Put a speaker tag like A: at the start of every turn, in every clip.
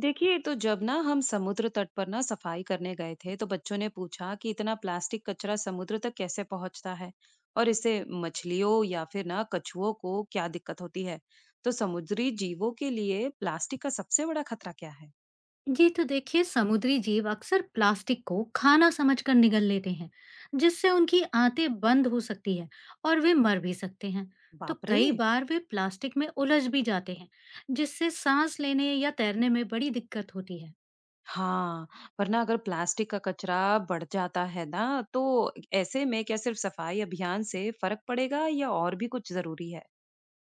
A: देखिए, तो जब ना हम समुद्र तट पर ना सफाई करने गए थे, तो बच्चों ने पूछा कि इतना प्लास्टिक कचरा समुद्र तक कैसे पहुंचता है। और इससे मछलियों या फिर ना कछुओं को क्या दिक्कत होती है। तो समुद्री जीवों के लिए प्लास्टिक का सबसे बड़ा खतरा क्या है?
B: ये तो देखिए, समुद्री जीव अक्सर प्लास्टिक को खाना समझकर निगल लेते हैं, जिससे उनकी आंतें बंद हो सकती है और वे मर भी सकते हैं। तो
A: बाप रे।
B: कई बार वे प्लास्टिक में उलझ भी जाते हैं, जिससे सांस लेने या तैरने में बड़ी दिक्कत होती है।
A: हाँ, पर ना अगर प्लास्टिक का कचरा बढ़ जाता है ना, तो ऐसे में क्या सिर्फ सफाई अभियान से फर्क पड़ेगा या और भी कुछ जरूरी है?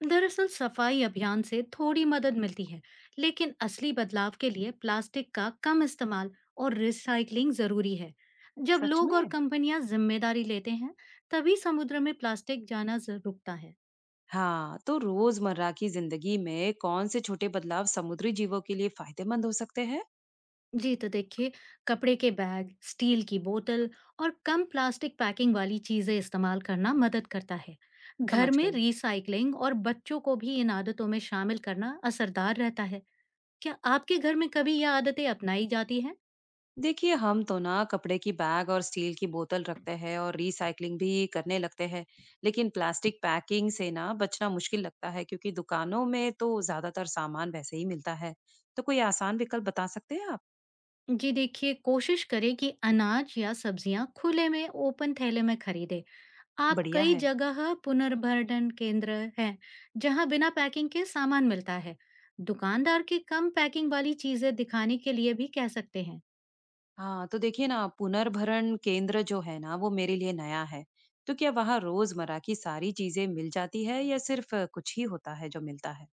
B: दरअसल, सफाई अभियान से थोड़ी मदद मिलती है, लेकिन असली बदलाव के लिए प्लास्टिक का कम इस्तेमाल और रिसाइकलिंग जरूरी है। जब
A: सच
B: लोग और
A: में।
B: कंपनियां जिम्मेदारी लेते हैं, तभी समुद्र में प्लास्टिक जाना रुकता है।
A: हाँ, तो रोजमर्रा की जिंदगी में कौन से छोटे बदलाव समुद्री जीवों के लिए फायदेमंद हो सकते हैं?
B: जी तो देखिए, कपड़े के बैग, स्टील की बोतल और कम प्लास्टिक पैकिंग वाली चीजें इस्तेमाल करना मदद करता है। घर
A: समझ
B: में
A: गई।
B: रिसाइकलिंग और बच्चों को भी इन आदतों में शामिल करना असरदार रहता है। क्या आपके घर में कभी ये आदतें अपनाई जाती हैं?
A: देखिए, हम तो ना कपड़े की बैग और स्टील की बोतल रखते हैं और रिसाइकलिंग भी करने लगते हैं। लेकिन प्लास्टिक पैकिंग से ना बचना मुश्किल लगता है, क्योंकि दुकानों में तो ज्यादातर सामान वैसे ही मिलता है। तो कोई आसान विकल्प बता सकते हैं आप?
B: जी देखिए, कोशिश करें कि अनाज या सब्जियां खुले में ओपन थैले में खरीदें। आप
A: बढ़िया
B: कई
A: है।
B: जगह पुनर्भरण केंद्र हैं जहां बिना पैकिंग के सामान मिलता है। दुकानदार की कम पैकिंग वाली चीजें दिखाने के लिए भी कह सकते हैं।
A: हाँ, तो देखिए ना, पुनर्भरण केंद्र जो है ना, वो मेरे लिए नया है। तो क्या वहाँ रोजमर्रा की सारी चीजें मिल जाती है, या सिर्फ कुछ ही होता है जो मिलता है?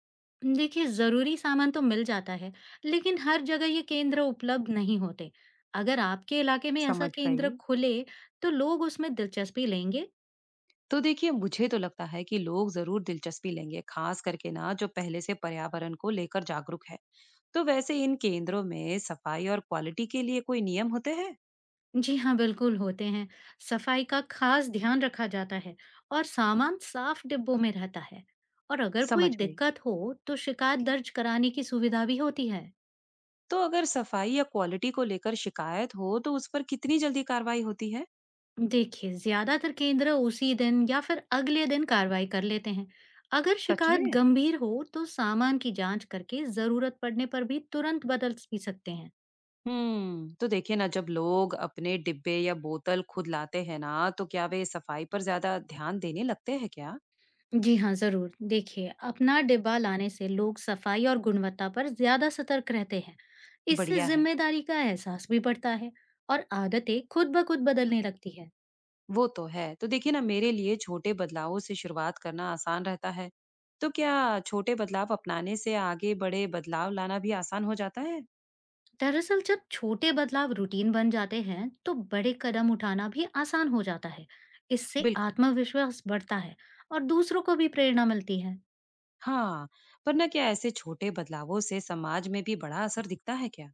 B: देखिए, जरूरी सामान तो मिल जाता है, लेकिन हर जगह ये केंद्र उपलब्ध नहीं होते। अगर आपके इलाके में ऐसा
A: समझ
B: केंद्र
A: गई।
B: खुले, तो लोग उसमें दिलचस्पी लेंगे।
A: तो देखिए, मुझे तो लगता है कि लोग जरूर दिलचस्पी लेंगे, खास करके ना जो पहले से पर्यावरण को लेकर जागरूक है। तो वैसे इन केंद्रों में सफाई और क्वालिटी के लिए कोई नियम होते हैं?
B: जी हाँ, बिल्कुल होते हैं। सफाई का खास ध्यान रखा जाता है और सामान साफ डिब्बों में रहता है। और अगर कोई
A: समझ गई।
B: दिक्कत हो, तो शिकायत दर्ज कराने की सुविधा भी होती है।
A: तो अगर सफाई या क्वालिटी को लेकर शिकायत हो, तो उस पर कितनी जल्दी कार्रवाई होती है?
B: देखिए, ज्यादातर केंद्र उसी दिन या फिर अगले दिन कार्रवाई कर लेते हैं। अगर
A: सच
B: शिकायत
A: में।
B: गंभीर हो, तो सामान की जांच करके जरूरत पड़ने पर भी तुरंत बदल भी सकते हैं।
A: हम्म, तो देखिए ना, जब लोग अपने डिब्बे या बोतल खुद लाते हैं ना, तो क्या वे सफाई पर ज्यादा ध्यान देने लगते हैं क्या?
B: जी हाँ, ज़रूर। देखिए, अपना डिब्बा लाने से लोग सफाई और गुणवत्ता पर ज़्यादा सतर्क रहते हैं। इससे
A: बढ़िया है।
B: ज़िम्मेदारी का एहसास भी बढ़ता है और आदतें खुद ब खुद बदलने लगती है।
A: वो तो है। तो देखिए ना, मेरे लिए छोटे बदलावों से शुरुआत करना आसान रहता है। तो क्या छोटे बदलाव अपनाने से आगे बड़े बदलाव लाना भी आसान हो जाता है?
B: दरअसल, जब छोटे बदलाव रूटीन बन जाते हैं, तो बड़े कदम उठाना भी आसान हो जाता है। इससे
A: बिल्कुल।
B: आत्मविश्वास बढ़ता है और दूसरों को भी प्रेरणा मिलती है।
A: हाँ, पर ना क्या ऐसे छोटे बदलावों से समाज में भी बड़ा असर दिखता है क्या?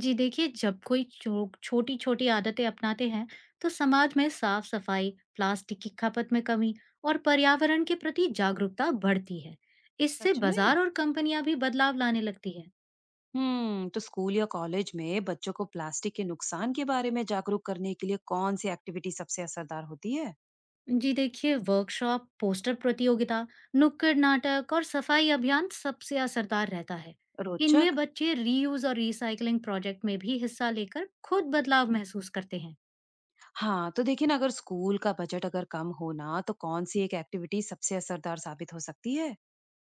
B: जी देखिए, जब कोई छोटी छोटी आदतें अपनाते हैं, तो समाज में साफ सफाई, प्लास्टिक की खपत में कमी और पर्यावरण के प्रति जागरूकता बढ़ती है। इससे
A: सच में।
B: बाजार और कंपनियां भी बदलाव लाने लगती है।
A: हम्म, तो स्कूल या कॉलेज में बच्चों को प्लास्टिक के नुकसान के बारे में जागरूक करने के लिए कौन सी एक्टिविटी सबसे असरदार होती है?
B: जी देखिए, वर्कशॉप, पोस्टर प्रतियोगिता, नुक्कड़ नाटक और सफाई अभियान सबसे असरदार रहता है।
A: रोचक।
B: इनमें बच्चे रीयूज और रिसाइकलिंग प्रोजेक्ट में भी हिस्सा लेकर खुद बदलाव महसूस करते हैं।
A: हाँ, तो देखिए ना, अगर स्कूल का बजट अगर कम हो ना, तो कौन सी एक एक्टिविटी सबसे असरदार साबित हो सकती है?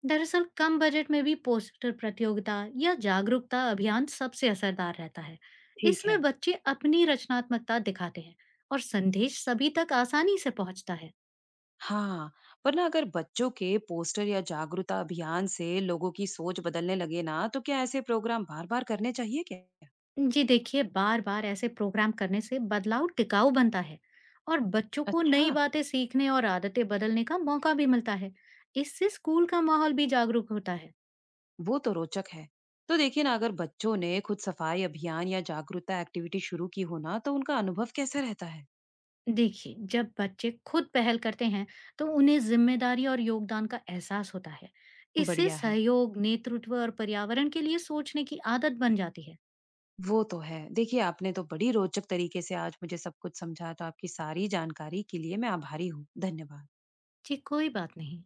B: दरअसल, कम बजट में भी पोस्टर प्रतियोगिता या जागरूकता अभियान सबसे असरदार रहता है।
A: ठीक है।
B: इसमें बच्चे अपनी रचनात्मकता दिखाते हैं और संदेश सभी तक आसानी से पहुंचता है।
A: हाँ, पर ना अगर बच्चों के पोस्टर या जागरूकता अभियान से लोगों की सोच बदलने लगे ना, तो क्या ऐसे प्रोग्राम बार बार करने चाहिए क्या?
B: जी देखिए, बार बार ऐसे प्रोग्राम करने से बदलाव टिकाऊ बनता है और बच्चों को
A: अच्छा।
B: नई बातें सीखने और आदतें बदलने का मौका भी मिलता है। इससे स्कूल का माहौल भी जागरूक होता है।
A: वो तो रोचक है। तो देखिए ना, अगर बच्चों ने खुद सफाई अभियान या जागरूकता एक्टिविटी शुरू की हो ना, तो उनका अनुभव कैसा रहता है?
B: देखिए, जब बच्चे खुद पहल करते हैं, तो उन्हें जिम्मेदारी और योगदान का एहसास होता है। इससे
A: बढ़िया है।
B: सहयोग, नेतृत्व और पर्यावरण के लिए सोचने की आदत बन जाती है।
A: वो तो है। देखिए, आपने तो बड़ी रोचक तरीके से आज मुझे सब कुछ समझा, तो आपकी सारी जानकारी के लिए मैं आभारी हूँ। धन्यवाद।
B: जी, कोई बात नहीं।